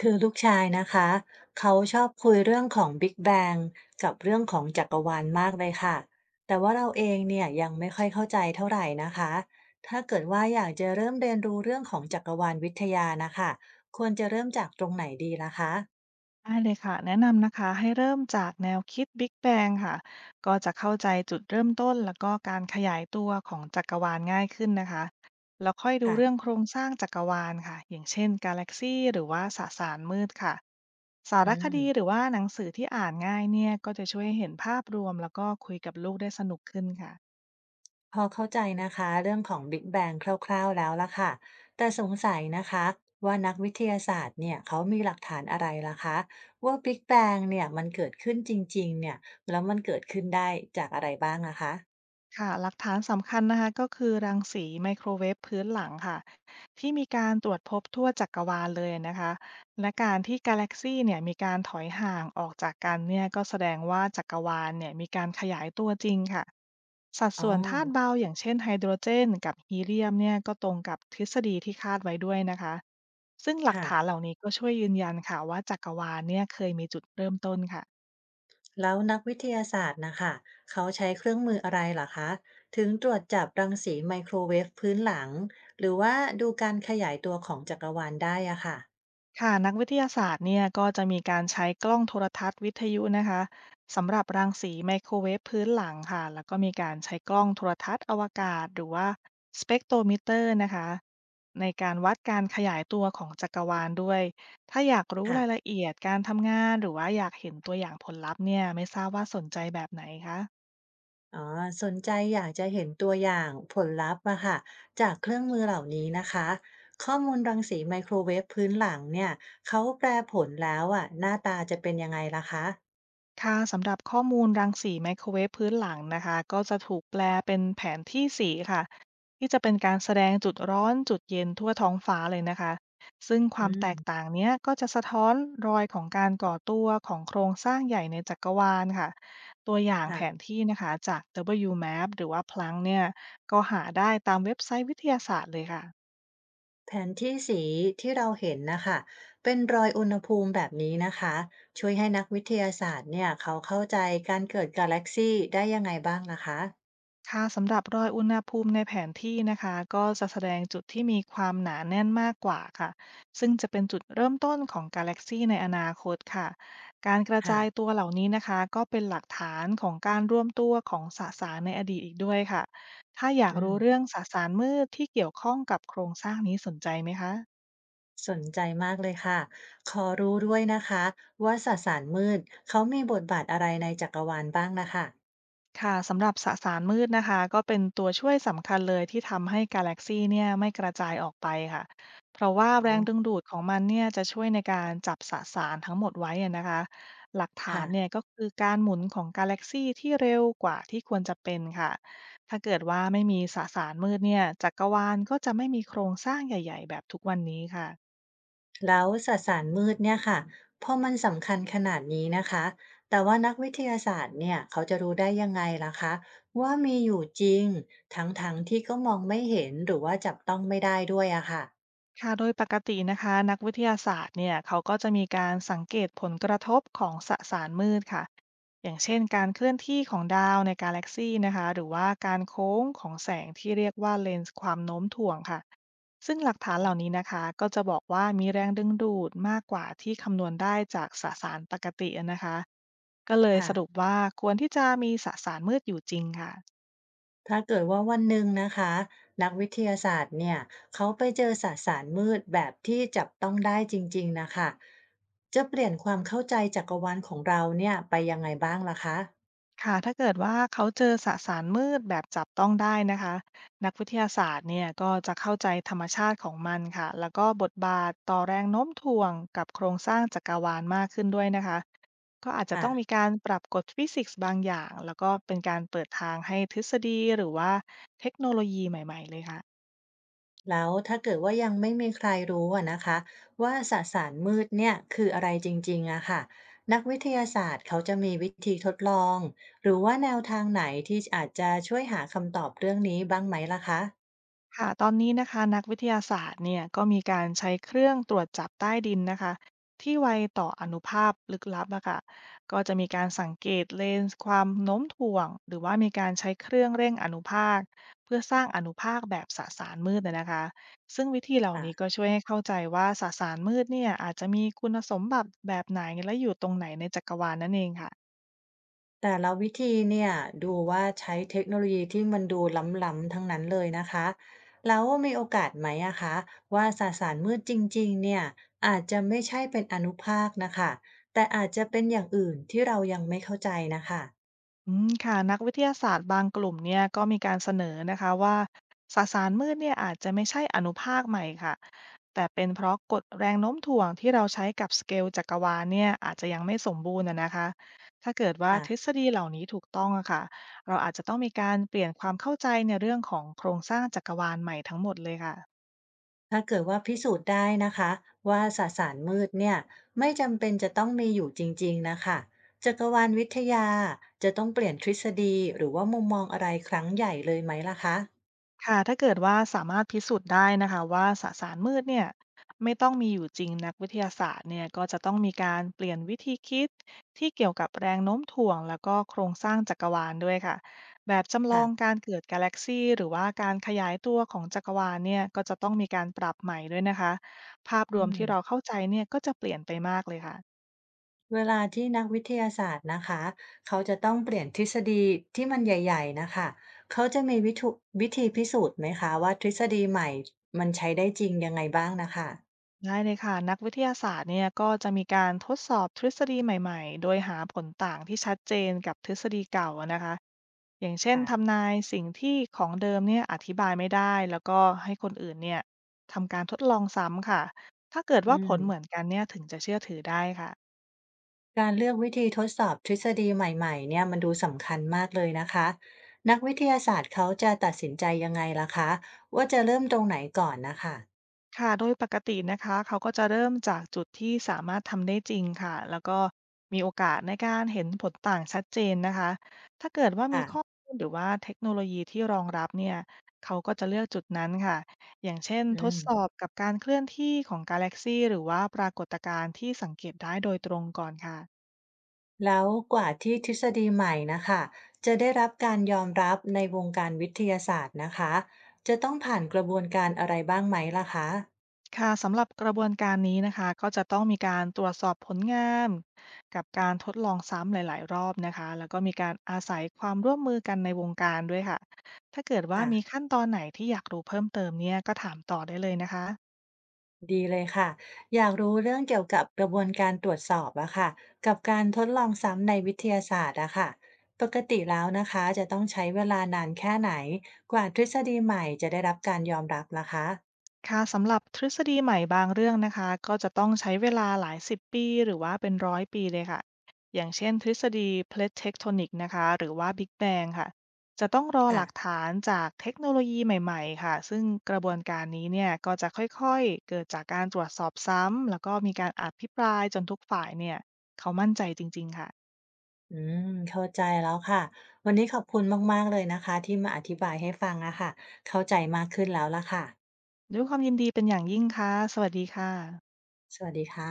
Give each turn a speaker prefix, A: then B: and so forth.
A: คือลูกชายนะคะเขาชอบคุยเรื่องของ Big Bang กับเรื่องของจักรวาลมากเลยค่ะแต่ว่าเราเองเนี่ยยังไม่ค่อยเข้าใจเท่าไหร่นะคะถ้าเกิดว่าอยากจะเริ่มเรียนรู้เรื่องของจักรวาลวิทยานะคะควรจะเริ่มจากตรงไหนดีล่ะคะ
B: ได้เลยค่ะแนะนำนะคะให้เริ่มจากแนวคิด Big Bang ค่ะก็จะเข้าใจจุดเริ่มต้นแล้วก็การขยายตัวของจักรวาลง่ายขึ้นนะคะแล้วค่อยดูเรื่อง
A: ค่ะ
B: โครงสร้างจักรวาลค่ะอย่างเช่นกาแล็กซีหรือว่าสสารมืดค่ะสา
A: อื
B: รค
A: ม
B: ดีหรือว่าหนังสือที่อ่านง่ายเนี่ยก็จะช่วยให้เห็นภาพรวมแล้วก็คุยกับลูกได้สนุกขึ้นค่ะ
A: พอเข้าใจนะคะเรื่องของ Big Bang คร่าวๆแล้วล่ะค่ะแต่สงสัยนะคะว่านักวิทยาศาสตร์เนี่ยเขามีหลักฐานอะไรล่ะคะว่า Big Bang เนี่ยมันเกิดขึ้นจริงๆเนี่ยแล้วมันเกิดขึ้นได้จากอะไรบ้างอะคะ
B: ค่ะหลักฐานสำคัญนะคะก็คือรังสีไมโครเวฟพื้นหลังค่ะที่มีการตรวจพบทั่วจักรวาลเลยนะคะและการที่กาแล็กซีเนี่ยมีการถอยห่างออกจากกันเนี่ยก็แสดงว่าจักรวาลเนี่ยมีการขยายตัวจริงค่ะสัด
A: อ๋
B: ส่วนธาตุ
A: อ
B: เบาอย่างเช่นไฮโดรเจนกับฮีเลียมเนี่ยก็ตรงกับทฤษฎีที่คาดไว้ด้วยนะคะซึ่งหลัก
A: ค่ะ
B: ฐานเหล่านี้ก็ช่วยยืนยันค่ะว่าจักรวาลเนี่ยเคยมีจุดเริ่มต้นค่ะ
A: แล้วนักวิทยาศาสตร์นะคะเขาใช้เครื่องมืออะไรลหคะถึงตรวจจับรังสีไมโครเวฟพื้นหลังหรือว่าดูการขยายตัวของจักรวาลได้อะค่ะ
B: ค่ะนักวิทยาศาสตร์เนี่ยก็จะมีการใช้กล้องโทรทัศน์วิทยุนะคะสำหรับรังสีไมโครเวฟพื้นหลังค่ะแล้วก็มีการใช้กล้องโทรทัศน์อวกาศหรือว่าสเปกโทรมิเตอร์นะคะในการวัดการขยายตัวของจักรวาลด้วยถ้าอยากรู้
A: ค่ะ
B: รายละเอียดการทำงานหรือว่าอยากเห็นตัวอย่างผลลัพธ์เนี่ยไม่ทราบว่าสนใจแบบไหนคะ
A: อ๋อสนใจอยากจะเห็นตัวอย่างผลลัพธ์อะค่ะจากเครื่องมือเหล่านี้นะคะข้อมูลรังสีไมโครเวฟพื้นหลังเนี่ยเขาแปลผลแล้วอะหน้าตาจะเป็นยังไงล่ะคะ
B: ค่ะสำหรับข้อมูลรังสีไมโครเวฟพื้นหลังนะคะก็จะถูกแปลเป็นแผนที่สีค่ะที่จะเป็นการแสดงจุดร้อนจุดเย็นทั่วท้องฟ้าเลยนะคะซึ่งความ
A: อื
B: แตก
A: ม
B: ต่างเนี้ยก็จะสะท้อนรอยของการก่อตัวของโครงสร้างใหญ่ในจักรวาลค่ะตัวอย่างแผ
A: ค่ะ
B: นที่นะคะจาก WMAP หรือว่าพลังก์เนี่ยก็หาได้ตามเว็บไซต์วิทยาศาสตร์เลยค่ะ
A: แผนที่สีที่เราเห็นนะคะเป็นรอยอุณหภูมิแบบนี้นะคะช่วยให้นักวิทยาศาสตร์เนี่ยเขาเข้าใจการเกิดกาแล็กซีได้ยังไงบ้างล่ะคะ
B: ค่ะสำหรับรอยอุณหภูมิในแผนที่นะคะก็จะแสดงจุดที่มีความหนาแน่นมากกว่าค่ะซึ่งจะเป็นจุดเริ่มต้นของกาแล็กซีในอนาคตค่ะการกระจาย
A: ค่ะ
B: ตัวเหล่านี้นะคะก็เป็นหลักฐานของการร่วมตัวของสสารในอดีตอีกด้วยค่ะถ้าอยาก
A: อื
B: รู้เรื่อ
A: ม
B: งสสารมืดที่เกี่ยวข้องกับโครงสร้างนี้สนใจไหมคะ
A: สนใจมากเลยค่ะขอรู้ด้วยนะคะว่าสสารมืดเขามีบทบาทอะไรในจักรวาลบ้างนะคะ
B: ค่ะสำหรับสสารมืดนะคะก็เป็นตัวช่วยสำคัญเลยที่ทำให้กาแล็กซีเนี่ยไม่กระจายออกไปค่ะเพราะว่า
A: อ๋
B: แร
A: อ
B: งดึงดูดของมันเนี่ยจะช่วยในการจับสสารทั้งหมดไว้อะนะคะหลักฐานเนี่ย
A: ค่ะ
B: ก็คือการหมุนของกาแล็กซีที่เร็วกว่าที่ควรจะเป็นค่ะถ้าเกิดว่าไม่มีสสารมืดเนี่ยจักรวาลก็จะไม่มีโครงสร้างใหญ่ๆแบบทุกวันนี้ค่ะ
A: แล้วสสารมืดเนี่ยค่ะพอมันสำคัญขนาดนี้นะคะแต่ว่านักวิทยาศาสตร์เนี่ยเขาจะรู้ได้ยังไงล่ะคะว่ามีอยู่จริงทั้งๆที่ก็มองไม่เห็นหรือว่าจับต้องไม่ได้ด้วยอะค่ะ
B: ค่ะโดยปกตินะคะนักวิทยาศาสตร์เนี่ยเขาก็จะมีการสังเกตผลกระทบของสสารมืดค่ะอย่างเช่นการเคลื่อนที่ของดาวในกาแล็กซีนะคะหรือว่าการโค้งของแสงที่เรียกว่าเลนส์ความโน้มถ่วงค่ะซึ่งหลักฐานเหล่านี้นะคะก็จะบอกว่ามีแรงดึงดูดมากกว่าที่คำนวณได้จากสสารปกตินะคะก็เลย
A: ค่ะ
B: สรุปว่าควรที่จะมีสสารมืดอยู่จริงค่ะ
A: ถ้าเกิดว่าวันหนึ่งนะคะนักวิทยาศาสตร์เนี่ยเขาไปเจอสสารมืดแบบที่จับต้องได้จริงๆนะคะจะเปลี่ยนความเข้าใจจักรวาลของเราเนี่ยไปยังไงบ้างล่ะคะ
B: ค่ะถ้าเกิดว่าเขาเจอสสารมืดแบบจับต้องได้นะคะนักวิทยาศาสตร์เนี่ยก็จะเข้าใจธรรมชาติของมันค่ะแล้วก็บทบาทต่อแรงโน้มถ่วงกับโครงสร้างจักรวาลมากขึ้นด้วยนะคะก็อาจจะ
A: อ่ะ
B: ต้องมีการปรับกฎฟิสิกส์บางอย่างแล้วก็เป็นการเปิดทางให้ทฤษฎีหรือว่าเทคโนโลยีใหม่ๆเลยค่ะ
A: แล้วถ้าเกิดว่ายังไม่มีใครรู้อะนะคะว่าสสารมืดเนี่ยคืออะไรจริงๆอะค่ะนักวิทยาศาสตร์เขาจะมีวิธีทดลองหรือว่าแนวทางไหนที่อาจจะช่วยหาคำตอบเรื่องนี้บ้างไหมล่ะคะ
B: ค่ะตอนนี้นะคะนักวิทยาศาสตร์เนี่ยก็มีการใช้เครื่องตรวจจับใต้ดินนะคะที่ไวต่ออนุภาพลึกลับอะค่ะก็จะมีการสังเกตเลนส์ความโน้มถ่วงหรือว่ามีการใช้เครื่องเร่งอนุภาคเพื่อสร้างอนุภาคแบบสสารมืดนะคะซึ่งวิธีเหล่านี้ก็ช่วยให้เข้าใจว่าสสารมืดเนี่ยอาจจะมีคุณสมบัติแบบไหนและอยู่ตรงไหนในจักรวาลนั่นเองค่ะ
A: แต่ละวิธีเนี่ยดูว่าใช้เทคโนโลยีที่มันดูล้ำๆทั้งนั้นเลยนะคะแล้วมีโอกาสไหมอะคะว่าสสารมืดจริงๆเนี่ยอาจจะไม่ใช่เป็นอนุภาคนะคะแต่อาจจะเป็นอย่างอื่นที่เรายังไม่เข้าใจนะคะ
B: อืมค่ะนักวิทยาศาสตร์บางกลุ่มเนี่ยก็มีการเสนอนะคะว่าสสารมืดเนี่ยอาจจะไม่ใช่อนุภาคใหม่ค่ะแต่เป็นเพราะกฎแรงโน้มถ่วงที่เราใช้กับสเกลจักรวาลเนี่ยอาจจะยังไม่สมบูรณ์นะคะถ้าเกิดว่า
A: อ่ะ
B: ทฤษฎีเหล่านี้ถูกต้องอะค่ะเราอาจจะต้องมีการเปลี่ยนความเข้าใจในเรื่องของโครงสร้างจักรวาลใหม่ทั้งหมดเลยค่ะ
A: ถ้าเกิดว่าพิสูจน์ได้นะคะว่าสสารมืดเนี่ยไม่จำเป็นจะต้องมีอยู่จริงๆนะคะจักรวาลวิทยาจะต้องเปลี่ยนทฤษฎีหรือว่ามุมมองอะไรครั้งใหญ่เลยไหมล่ะคะ
B: ค่ะถ้าเกิดว่าสามารถพิสูจน์ได้นะคะว่าสสารมืดเนี่ยไม่ต้องมีอยู่จริงนักวิทยาศาสตร์เนี่ยก็จะต้องมีการเปลี่ยนวิธีคิดที่เกี่ยวกับแรงโน้มถ่วงแล้วก็โครงสร้างจักรวาลด้วยค่ะแบบจำลอง
A: ค่ะ
B: การเกิดกาแล็กซีหรือว่าการขยายตัวของจักรวาลเนี่ยก็จะต้องมีการปรับใหม่ด้วยนะคะภาพรว
A: อื
B: มที่
A: ม
B: เราเข้าใจเนี่ยก็จะเปลี่ยนไปมากเลยค่ะ
A: เวลาที่นักวิทยาศาสตร์นะคะเขาจะต้องเปลี่ยนทฤษฎีที่มันใหญ่ๆนะคะเขาจะมีวิธีพิสูจน์ไหมคะว่าทฤษฎีใหม่มันใช้ได้จริงยังไงบ้างน่ะค่ะ
B: ได้เลยค่ะนักวิทยาศาสตร์เนี่ยก็จะมีการทดสอบทฤษฎีใหม่ๆโดยหาผลต่างที่ชัดเจนกับทฤษฎีเก่าอะนะคะ อย่างเช่น
A: ค่ะ
B: ทำนายสิ่งที่ของเดิมเนี่ยอธิบายไม่ได้แล้วก็ให้คนอื่นเนี่ยทำการทดลองซ้ำค่ะถ้าเกิด
A: อื
B: ว่าผ
A: ม
B: ลเหมือนกันเนี่ยถึงจะเชื่อถือได้ค่ะ
A: การเลือกวิธีทดสอบทฤษฎีใหม่ๆเนี่ยมันดูสำคัญมากเลยนะคะนักวิทยาศาสตร์เขาจะตัดสินใจยังไงล่ะคะว่าจะเริ่มตรงไหนก่อนนะคะ
B: ค่ะโดยปกตินะคะเขาก็จะเริ่มจากจุดที่สามารถทำได้จริงค่ะแล้วก็มีโอกาสในการเห็นผลต่างชัดเจนนะคะถ้าเกิดว่ามีข้อ
A: ค่ะ
B: มูลหรือว่าเทคโนโลยีที่รองรับเนี่ยเขาก็จะเลือกจุดนั้นค่ะอย่างเช่นท
A: อื
B: ด
A: ม
B: สอบกับการเคลื่อนที่ของกาแล็กซีหรือว่าปรากฏการณ์ที่สังเกตได้โดยตรงก่อนค่ะ
A: แล้วกว่าที่ทฤษฎีใหม่นะคะจะได้รับการยอมรับในวงการวิทยาศาสตร์นะคะจะต้องผ่านกระบวนการอะไรบ้างไหมล่ะคะ
B: ค่ะสำหรับกระบวนการนี้นะคะก็จะต้องมีการตรวจสอบผลงานกับการทดลองซ้ำหลายๆรอบนะคะแล้วก็มีการอาศัยความร่วมมือกันในวงการด้วยค่ะถ้าเกิดว่า
A: ค่ะ
B: มีขั้นตอนไหนที่อยากรู้เพิ่มเติมเนี่ยก็ถามต่อได้เลยนะคะ
A: ดีเลยค่ะอยากรู้เรื่องเกี่ยวกับกระบวนการตรวจสอบอะค่ะกับการทดลองซ้ำในวิทยาศาสตร์อะค่ะปกติแล้วนะคะจะต้องใช้เวลานานแค่ไหนกว่าทฤษฎีใหม่จะได้รับการยอมรับล่ะคะ
B: ค่ะสำหรับทฤษฎีใหม่บางเรื่องนะคะก็จะต้องใช้เวลาหลายสิบปีหรือว่าเป็นร้อยปีเลยค่ะอย่างเช่นทฤษฎี Plate Tectonic นะคะหรือว่า Big Bang ค่ะจะต้องรอห
A: ค่ะ
B: ลักฐานจากเทคโนโลยีใหม่ๆค่ะซึ่งกระบวนการนี้เนี่ยก็จะค่อยๆเกิดจากการตรวจสอบซ้ำแล้วก็มีการอภิปรายจนทุกฝ่ายเนี่ยเขามั่นใจจริงๆค่ะ
A: อืมเข้าใจแล้วค่ะวันนี้ขอบคุณมากๆเลยนะคะที่มาอธิบายให้ฟังอะค่ะเข้าใจมากขึ้นแล้วล่ะค่ะ
B: ด้วยความยินดีเป็นอย่างยิ่งค่ะสวัสดีค่ะ
A: สวัสดีค่ะ